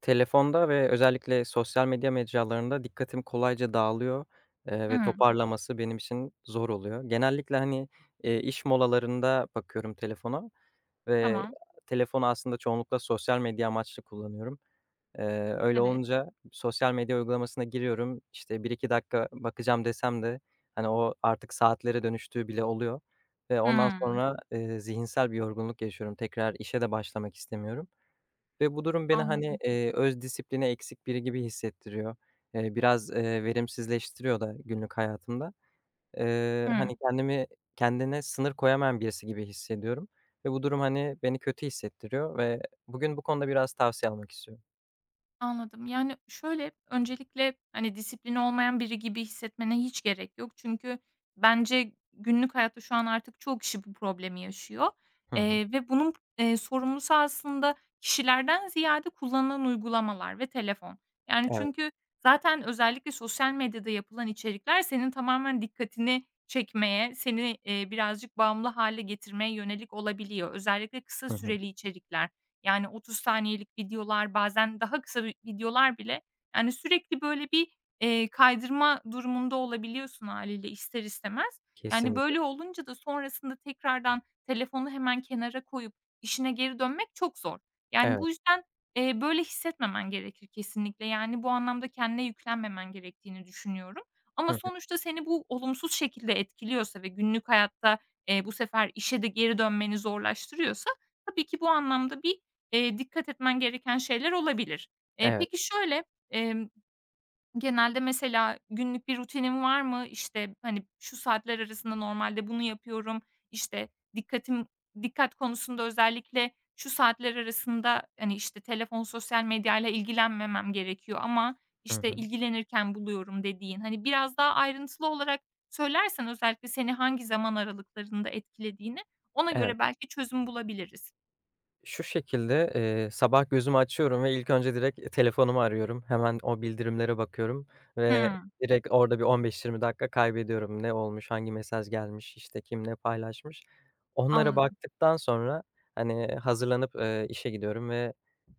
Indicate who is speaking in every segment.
Speaker 1: Telefonda ve özellikle sosyal medya mecralarında dikkatim kolayca dağılıyor, ve
Speaker 2: Hımm.
Speaker 1: toparlaması benim için zor oluyor. Genellikle, hani, iş molalarında bakıyorum telefona ve
Speaker 2: Tamam.
Speaker 1: telefonu aslında çoğunlukla sosyal medya amaçlı kullanıyorum. Öyle
Speaker 2: Evet.
Speaker 1: olunca sosyal medya uygulamasına giriyorum, işte, bir iki dakika bakacağım desem de, hani, o artık saatlere dönüştüğü bile oluyor ve ondan
Speaker 2: Hımm.
Speaker 1: sonra, zihinsel bir yorgunluk yaşıyorum. Tekrar işe de başlamak istemiyorum. Ve bu durum beni, hani,
Speaker 2: Anladım.
Speaker 1: öz disipline eksik biri gibi hissettiriyor. Biraz, verimsizleştiriyor da günlük hayatımda.
Speaker 2: Hı.
Speaker 1: Hani, kendimi sınır koyamayan birisi gibi hissediyorum ve bu durum, hani, beni kötü hissettiriyor ve bugün bu konuda biraz tavsiye almak istiyorum.
Speaker 2: Anladım. Yani, şöyle, öncelikle, hani, disiplini olmayan biri gibi hissetmene hiç gerek yok. Çünkü bence günlük hayatta şu an artık çoğu kişi bu problemi yaşıyor,
Speaker 1: Hı hı.
Speaker 2: ve bunun, sorumlusu aslında kişilerden ziyade kullanılan uygulamalar ve telefon. Yani,
Speaker 1: Evet.
Speaker 2: çünkü zaten özellikle sosyal medyada yapılan içerikler senin tamamen dikkatini çekmeye, seni, birazcık bağımlı hale getirmeye yönelik olabiliyor. Özellikle kısa
Speaker 1: Hı hı.
Speaker 2: süreli içerikler. Yani 30 saniyelik videolar, bazen daha kısa videolar bile, yani, sürekli böyle bir, kaydırma durumunda olabiliyorsun haliyle ister istemez. Yani,
Speaker 1: Kesinlikle.
Speaker 2: böyle olunca da sonrasında tekrardan telefonu hemen kenara koyup işine geri dönmek çok zor. Yani,
Speaker 1: Evet.
Speaker 2: bu yüzden, böyle hissetmemen gerekir kesinlikle. Yani, bu anlamda kendine yüklenmemen gerektiğini düşünüyorum.
Speaker 1: Hı
Speaker 2: Ama
Speaker 1: hı.
Speaker 2: sonuçta seni bu olumsuz şekilde etkiliyorsa ve günlük hayatta, bu sefer işe de geri dönmeni zorlaştırıyorsa tabii ki bu anlamda bir dikkat etmen gereken şeyler olabilir.
Speaker 1: Evet.
Speaker 2: Peki şöyle, emm, genelde mesela günlük bir rutinin var mı? İşte, hani, şu saatler arasında normalde bunu yapıyorum, işte, dikkatim dikkat konusunda özellikle şu saatler arasında, hani, işte, telefon, sosyal medyayla ilgilenmemem gerekiyor ama,
Speaker 1: Hı
Speaker 2: işte,
Speaker 1: hı.
Speaker 2: ilgilenirken buluyorum dediğin, hani, biraz daha ayrıntılı olarak söylersen özellikle seni hangi zaman aralıklarında etkilediğini, ona
Speaker 1: Evet.
Speaker 2: göre belki çözüm bulabiliriz.
Speaker 1: Şu şekilde, sabah gözümü açıyorum ve ilk önce direkt, telefonumu arıyorum. Hemen o bildirimlere bakıyorum ve
Speaker 2: Hımm,
Speaker 1: direkt orada bir 15-20 dakika kaybediyorum. Ne olmuş, hangi mesaj gelmiş, işte, kim ne paylaşmış. Onlara
Speaker 2: anladım.
Speaker 1: baktıktan sonra, hani, hazırlanıp, işe gidiyorum ve,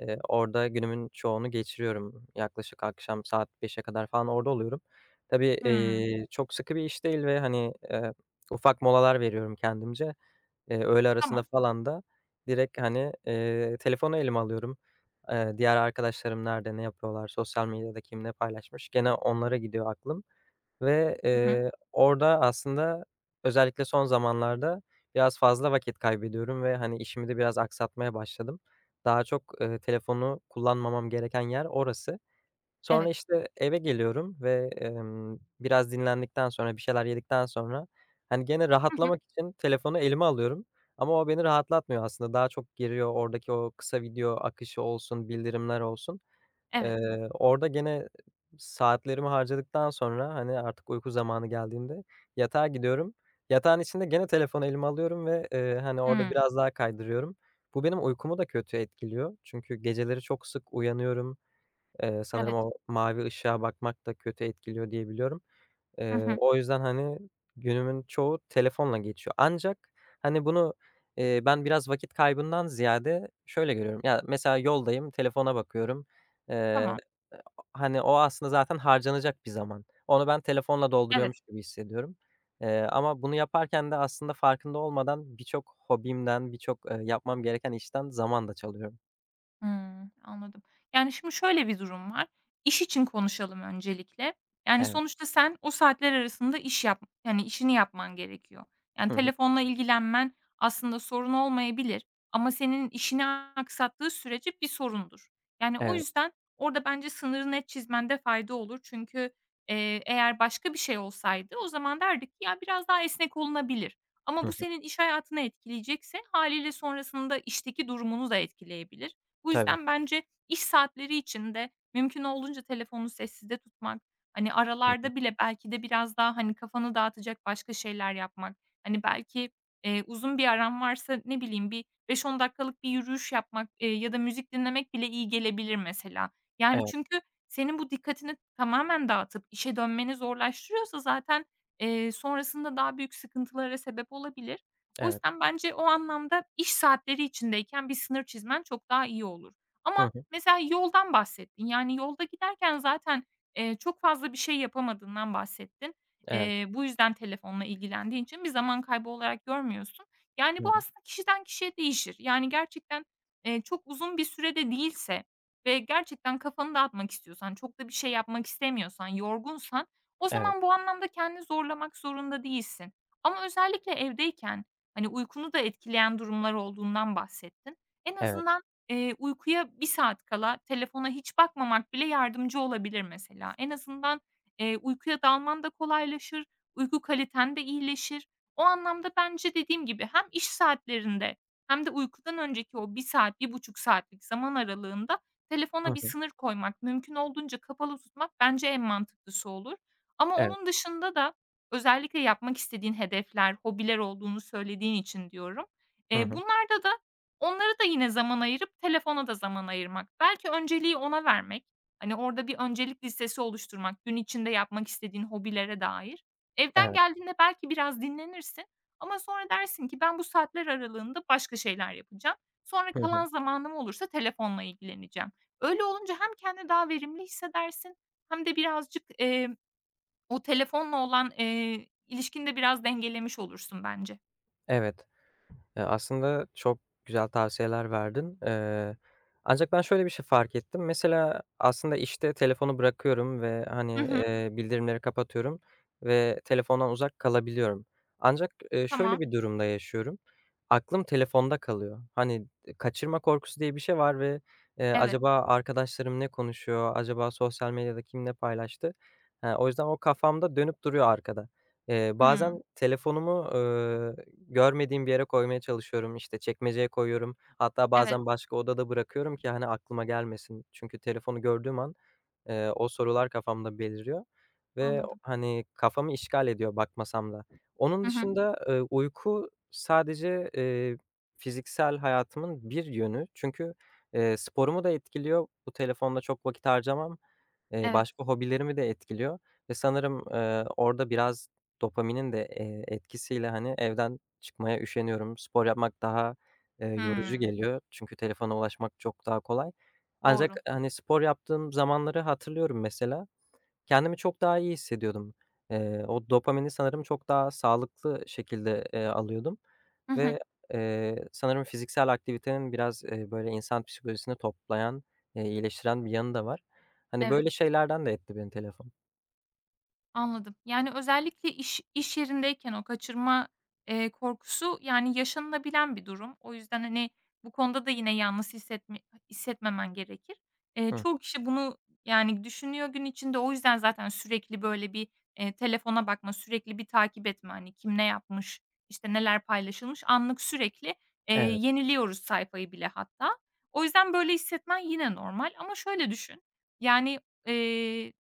Speaker 1: orada günümün çoğunu geçiriyorum. Yaklaşık akşam saat beşe kadar falan orada oluyorum. Tabii,
Speaker 2: Hımm.
Speaker 1: çok sıkı bir iş değil ve, hani, ufak molalar veriyorum kendimce. Öğle arasında
Speaker 2: Tamam.
Speaker 1: falan da direkt, hani, telefonu elime alıyorum. Diğer arkadaşlarım nerede, ne yapıyorlar, sosyal medyada kim ne paylaşmış, gene onlara gidiyor aklım ve,
Speaker 2: Hı hı.
Speaker 1: orada aslında özellikle son zamanlarda biraz fazla vakit kaybediyorum ve, hani, işimi de biraz aksatmaya başladım. Daha çok, telefonu kullanmamam gereken yer orası. Sonra,
Speaker 2: Evet.
Speaker 1: işte, eve geliyorum ve, biraz dinlendikten sonra, bir şeyler yedikten sonra, hani, gene
Speaker 2: Hı hı.
Speaker 1: rahatlamak için telefonu elime alıyorum ama o beni rahatlatmıyor aslında. Daha çok giriyor oradaki o kısa video akışı olsun, bildirimler olsun.
Speaker 2: Evet.
Speaker 1: Orada gene saatlerimi harcadıktan sonra, hani, artık uyku zamanı geldiğinde yatağa gidiyorum. Yatağın içinde gene telefonu elime alıyorum ve, hani, orada
Speaker 2: Hımm.
Speaker 1: biraz daha kaydırıyorum. Bu benim uykumu da kötü etkiliyor çünkü geceleri çok sık uyanıyorum. Sanırım
Speaker 2: Evet.
Speaker 1: o mavi ışığa bakmak da kötü etkiliyor diye biliyorum.
Speaker 2: Hı hı.
Speaker 1: O yüzden, hani, günümün çoğu telefonla geçiyor. Ancak, hani, bunu, ben biraz vakit kaybından ziyade şöyle görüyorum. Ya, mesela yoldayım, telefona bakıyorum. Eee,
Speaker 2: Tamam.
Speaker 1: Hani, o aslında zaten harcanacak bir zaman. Onu ben telefonla
Speaker 2: Evet.
Speaker 1: dolduruyormuş gibi hissediyorum. Ama bunu yaparken de aslında farkında olmadan birçok hobimden, birçok, yapmam gereken işten zaman da çalıyorum.
Speaker 2: Hımm, anladım. Yani, şimdi şöyle bir durum var. İş için konuşalım öncelikle. Yani,
Speaker 1: Evet.
Speaker 2: sonuçta sen o saatler arasında iş yap yani, işini yapman gerekiyor. Yani,
Speaker 1: Hı hı.
Speaker 2: telefonla ilgilenmen aslında sorun olmayabilir ama senin işini aksattığı sürece bir sorundur. Yani, o
Speaker 1: Evet.
Speaker 2: yüzden orada bence sınırı net çizmende fayda olur. Çünkü, eğer başka bir şey olsaydı o zaman derdik ki, "Ya, biraz daha esnek olunabilir." Ama
Speaker 1: Hı
Speaker 2: bu
Speaker 1: hı.
Speaker 2: senin iş hayatını etkileyecekse hâliyle sonrasında işteki durumunu da etkileyebilir. Bu
Speaker 1: Tabii.
Speaker 2: yüzden bence iş saatleri içinde mümkün olduğunca telefonu sessizde tutmak, hani,
Speaker 1: Hı hı.
Speaker 2: aralarda bile belki de biraz daha, hani, kafanı dağıtacak başka şeyler yapmak, hani, belki, uzun bir aran varsa, ne bileyim, bir 5-10 dakikalık bir yürüyüş yapmak, ya da müzik dinlemek bile iyi gelebilir mesela. Yani,
Speaker 1: Evet,
Speaker 2: çünkü senin bu dikkatini tamamen dağıtıp işe dönmeni zorlaştırıyorsa zaten, sonrasında daha büyük sıkıntılara sebep olabilir. O
Speaker 1: evet.
Speaker 2: yüzden bence o anlamda iş saatleri içindeyken bir sınır çizmen çok daha iyi olur.
Speaker 1: Hı
Speaker 2: Ama
Speaker 1: hı.
Speaker 2: mesela yoldan bahsettin. Yani yolda giderken zaten, çok fazla bir şey yapamadığından bahsettin.
Speaker 1: Evet.
Speaker 2: Bu yüzden telefonla ilgilendiğin için bir zaman kaybı olarak görmüyorsun. Yani
Speaker 1: Hı
Speaker 2: bu
Speaker 1: hı.
Speaker 2: aslında kişiden kişiye değişir. Yani gerçekten, çok uzun bir sürede değilse ve gerçekten kafanı dağıtmak istiyorsan, çok da bir şey yapmak istemiyorsan, yorgunsan o
Speaker 1: Evet,
Speaker 2: zaman bu anlamda kendini zorlamak zorunda değilsin. Ama özellikle evdeyken hani, uykunu da etkileyen durumlar olduğundan bahsettin. En
Speaker 1: evet.
Speaker 2: azından, uykuya bir saat kala telefona hiç bakmamak bile yardımcı olabilir mesela. En azından, uykuya dalman da kolaylaşır, uyku kaliten de iyileşir. O anlamda bence dediğim gibi hem iş saatlerinde hem de uykudan önceki o bir saat, bir buçuk saatlik zaman aralığında
Speaker 1: Hı
Speaker 2: telefona bir
Speaker 1: hı.
Speaker 2: sınır koymak, mümkün olduğunca kapalı tutmak bence en mantıklısı olur. Ama
Speaker 1: Evet.
Speaker 2: onun dışında da özellikle yapmak istediğin hedefler, hobiler olduğunu söylediğin için diyorum.
Speaker 1: Hı hı.
Speaker 2: Bunlarda da onlara da yine zaman ayırıp telefona da zaman ayırmak. Belki önceliği ona vermek. Hani, orada bir öncelik listesi oluşturmak gün içinde yapmak istediğin hobilere dair. Evden
Speaker 1: Evet.
Speaker 2: geldiğinde belki biraz dinlenirsin ama sonra dersin ki ben bu saatler aralığında başka şeyler yapacağım. Sonra
Speaker 1: Hı
Speaker 2: kalan
Speaker 1: hı.
Speaker 2: zamanım olursa telefonla ilgileneceğim. Öyle olunca hem kendini daha verimli hissedersin hem de birazcık, o telefonla olan, ilişkini de biraz dengelemiş olursun bence.
Speaker 1: Evet. Aslında çok güzel tavsiyeler verdin. Ancak ben şöyle bir şey fark ettim. Mesela aslında işte telefonu bırakıyorum ve,
Speaker 2: Hı
Speaker 1: hani,
Speaker 2: hı.
Speaker 1: bildirimleri kapatıyorum ve telefondan uzak kalabiliyorum. Ancak,
Speaker 2: Tamam.
Speaker 1: şöyle bir durumda yaşıyorum. Aklım telefonda kalıyor. Hani, kaçırma korkusu diye bir şey var ve,
Speaker 2: Evet.
Speaker 1: acaba arkadaşlarım ne konuşuyor? Acaba sosyal medyada kim ne paylaştı? O yüzden o kafamda dönüp duruyor arkada. Eee,
Speaker 2: Hımm.
Speaker 1: bazen telefonumu, Görmediğim bir yere koymaya çalışıyorum, işte, çekmeceye koyuyorum. Hatta
Speaker 2: Evet,
Speaker 1: bazen başka odada bırakıyorum ki, hani, aklıma gelmesin. Çünkü telefonu gördüğüm an, o sorular kafamda beliriyor ve,
Speaker 2: anladım.
Speaker 1: hani, kafamı işgal ediyor bakmasam da. Onun
Speaker 2: Hı hı.
Speaker 1: dışında, uyku sadece, fiziksel hayatımın bir yönü. Çünkü, sporumu da etkiliyor. Bu telefonda çok vakit harcamam.
Speaker 2: Evet.
Speaker 1: Başka hobilerimi de etkiliyor ve sanırım, orada biraz dopaminin de, etkisiyle, hani, evden çıkmaya üşeniyorum. Spor yapmak daha, yorucu
Speaker 2: Hımm.
Speaker 1: geliyor çünkü telefona ulaşmak çok daha kolay. Ancak,
Speaker 2: Doğru.
Speaker 1: hani, spor yaptığım zamanları hatırlıyorum mesela. Kendimi çok daha iyi hissediyordum. O dopamini sanırım çok daha sağlıklı şekilde, alıyordum.
Speaker 2: Hı hı.
Speaker 1: Ve, sanırım fiziksel aktivitenin biraz, böyle insan psikolojisini toplayan, iyileştiren bir yanı da var. Hani, böyle
Speaker 2: Evet.
Speaker 1: şeylerden de etti beni telefon.
Speaker 2: Anladım. Yani, özellikle iş yerindeyken o kaçırma, korkusu, yani, yaşanılabilen bir durum. O yüzden, hani, bu konuda da yine yalnız hissetmemen gerekir.
Speaker 1: Hı hı.
Speaker 2: Çoğu kişi bunu, yani, düşünüyor gün içinde. O yüzden zaten sürekli, böyle, bir, telefona bakma, sürekli bir takip etme, hani, kim ne yapmış, işte, neler paylaşılmış, anlık sürekli,
Speaker 1: Evet.
Speaker 2: yeniliyoruz sayfayı bile hatta. O yüzden böyle hissetmen yine normal ama şöyle düşün, yani, eee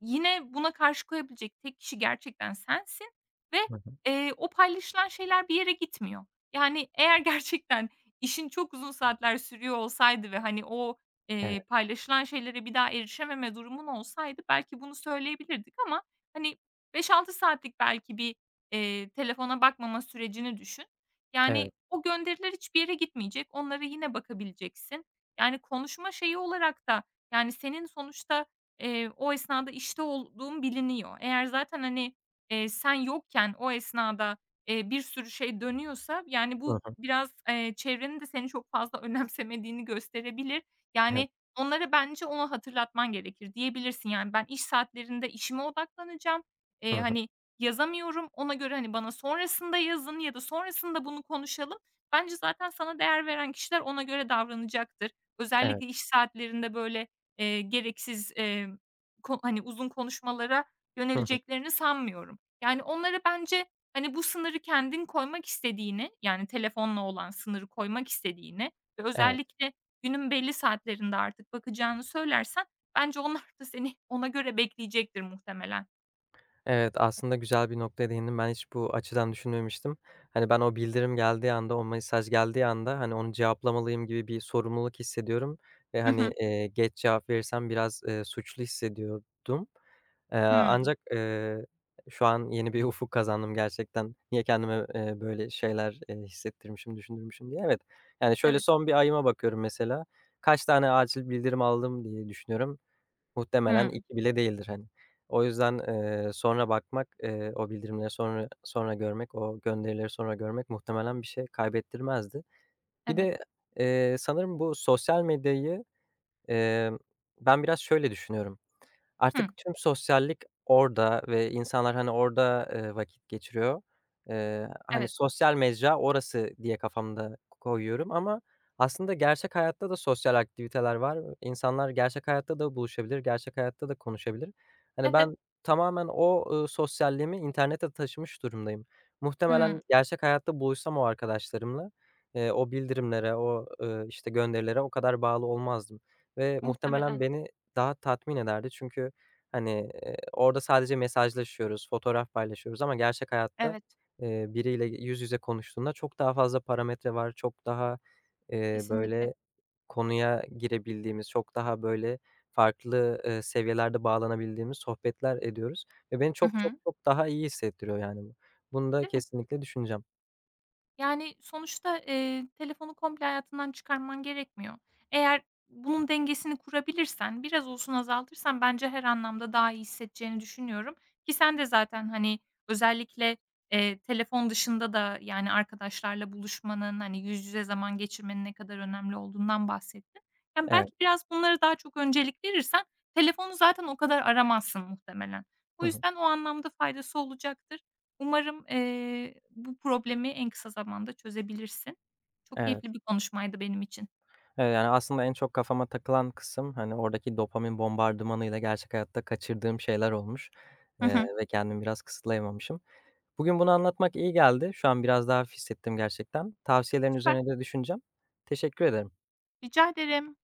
Speaker 2: yine buna karşı koyabilecek tek kişi gerçekten sensin ve,
Speaker 1: Hı hı.
Speaker 2: o paylaşılan şeyler bir yere gitmiyor. Yani, eğer gerçekten işin çok uzun saatler sürüyor olsaydı ve, hani, o,
Speaker 1: Evet,
Speaker 2: paylaşılan şeylere bir daha erişememe durumun olsaydı belki bunu söyleyebilirdik ama, hani, 5-6 saatlik belki bir, telefona bakmama sürecini düşün. Yani,
Speaker 1: evet.
Speaker 2: o gönderiler hiçbir yere gitmeyecek. Onlara yine bakabileceksin. Yani, konuşma şeyi olarak da, yani, senin sonuçta, o esnada işte olduğum biliniyor. Eğer zaten, hani, sen yokken o esnada, bir sürü şey dönüyorsa, yani,
Speaker 1: Hı
Speaker 2: bu
Speaker 1: hı.
Speaker 2: biraz, çevrenin de seni çok fazla önemsemediğini gösterebilir. Yani,
Speaker 1: Evet.
Speaker 2: onlara bence onu hatırlatman gerekir. Diyebilirsin, yani, "Ben iş saatlerinde işime odaklanacağım.
Speaker 1: Hı hı.
Speaker 2: Hani, yazamıyorum. Ona göre, hani, bana sonrasında yazın ya da sonrasında bunu konuşalım." Bence zaten sana değer veren kişiler ona göre davranacaktır.
Speaker 1: Evet.
Speaker 2: Özellikle iş saatlerinde, böyle, gereksiz, hani, uzun konuşmalara
Speaker 1: Hı hı.
Speaker 2: yöneleceklerini sanmıyorum. Yani, onlara bence, hani, bu sınırı kendin koymak istediğini, yani, telefonla olan sınırı koymak istediğini ve
Speaker 1: Evet.
Speaker 2: özellikle günün belli saatlerinde artık bakacağını söylersen bence onlar da seni ona göre bekleyecektir muhtemelen.
Speaker 1: Evet, aslında güzel bir noktaya değindin. Ben hiç bu açıdan düşünmemiştim. Hani, ben o bildirim geldiği anda, o mesaj geldiği anda, hani, onu cevaplamalıyım gibi bir sorumluluk hissediyorum ve,
Speaker 2: Hı
Speaker 1: hani,
Speaker 2: hı.
Speaker 1: geç cevap verirsem biraz, suçlu hissediyordum. Eee,
Speaker 2: Hıı.
Speaker 1: ancak, eee, şu an yeni bir ufuk kazandım gerçekten. Niye kendime, böyle şeyler, hissettirmişim, düşündürmüşüm diye. Evet, yani, şöyle
Speaker 2: Evet.
Speaker 1: son bir ayıma bakıyorum mesela. Kaç tane acil bildirim aldım diye düşünüyorum. Muhtemelen
Speaker 2: Hıı.
Speaker 1: 2 bile değildir, hani. O yüzden, sonra bakmak, o bildirimleri sonra görmek, o gönderileri sonra görmek muhtemelen bir şey kaybettirmezdi. Bir
Speaker 2: Evet.
Speaker 1: de, sanırım bu sosyal medyayı, emm, ben biraz şöyle düşünüyorum.
Speaker 2: Hı.
Speaker 1: Artık tüm sosyallik orada ve insanlar, hani, orada, vakit geçiriyor. Hani,
Speaker 2: Evet.
Speaker 1: sosyal mecra orası diye kafamda koyuyorum ama aslında gerçek hayatta da sosyal aktiviteler var. İnsanlar gerçek hayatta da buluşabilir, gerçek hayatta da konuşabilir. Hani,
Speaker 2: Evet.
Speaker 1: ben tamamen o, sosyalliğimi internete taşımış durumdayım.
Speaker 2: Hıı.
Speaker 1: Muhtemelen gerçek hayatta buluşsam o arkadaşlarımla, o bildirimlere, o, işte, gönderilere o kadar bağlı olmazdım ve muhtemelen
Speaker 2: Muhtemelen.
Speaker 1: beni daha tatmin ederdi çünkü, hani, orada sadece mesajlaşıyoruz, fotoğraf paylaşıyoruz ama gerçek hayatta,
Speaker 2: Evet.
Speaker 1: biriyle yüz yüze konuştuğunda çok daha fazla parametre var. Çok daha,
Speaker 2: Kesinlikle.
Speaker 1: böyle konuya girebildiğimiz, çok daha böyle farklı, seviyelerde bağlanabildiğimiz sohbetler ediyoruz ve beni
Speaker 2: Hı
Speaker 1: çok çok
Speaker 2: hı.
Speaker 1: çok daha iyi hissettiriyor yani bu. Bunu da
Speaker 2: Değil mi?
Speaker 1: kesinlikle düşüneceğim.
Speaker 2: Yani, sonuçta, telefonu komple hayatından çıkarman gerekmiyor. Eğer bunun dengesini kurabilirsen, biraz olsun azaltırsan bence her anlamda daha iyi hissedeceğini düşünüyorum ki sen de zaten, hani, özellikle, telefon dışında da, yani, arkadaşlarla buluşmanın, hani, yüz yüze zaman geçirmenin ne kadar önemli olduğundan bahsettin. Yani,
Speaker 1: Evet.
Speaker 2: belki biraz bunlara daha çok öncelik verirsen telefonu zaten o kadar aramazsın muhtemelen. O
Speaker 1: Hı hı.
Speaker 2: yüzden o anlamda faydası olacaktır. Umarım, bu problemi en kısa zamanda çözebilirsin. Çok keyifli
Speaker 1: Evet.
Speaker 2: bir konuşmaydı benim için.
Speaker 1: Evet, yani, aslında en çok kafama takılan kısım, hani, oradaki dopamin bombardımanıyla gerçek hayatta kaçırdığım şeyler olmuş,
Speaker 2: Hı hı.
Speaker 1: ve kendimi biraz kısıtlayamamışım. Bugün bunu anlatmak iyi geldi. Şu an biraz daha hafif hissettim gerçekten. Tavsiyelerin
Speaker 2: Süper,
Speaker 1: üzerine de düşüneceğim. Teşekkür ederim.
Speaker 2: rica ederim.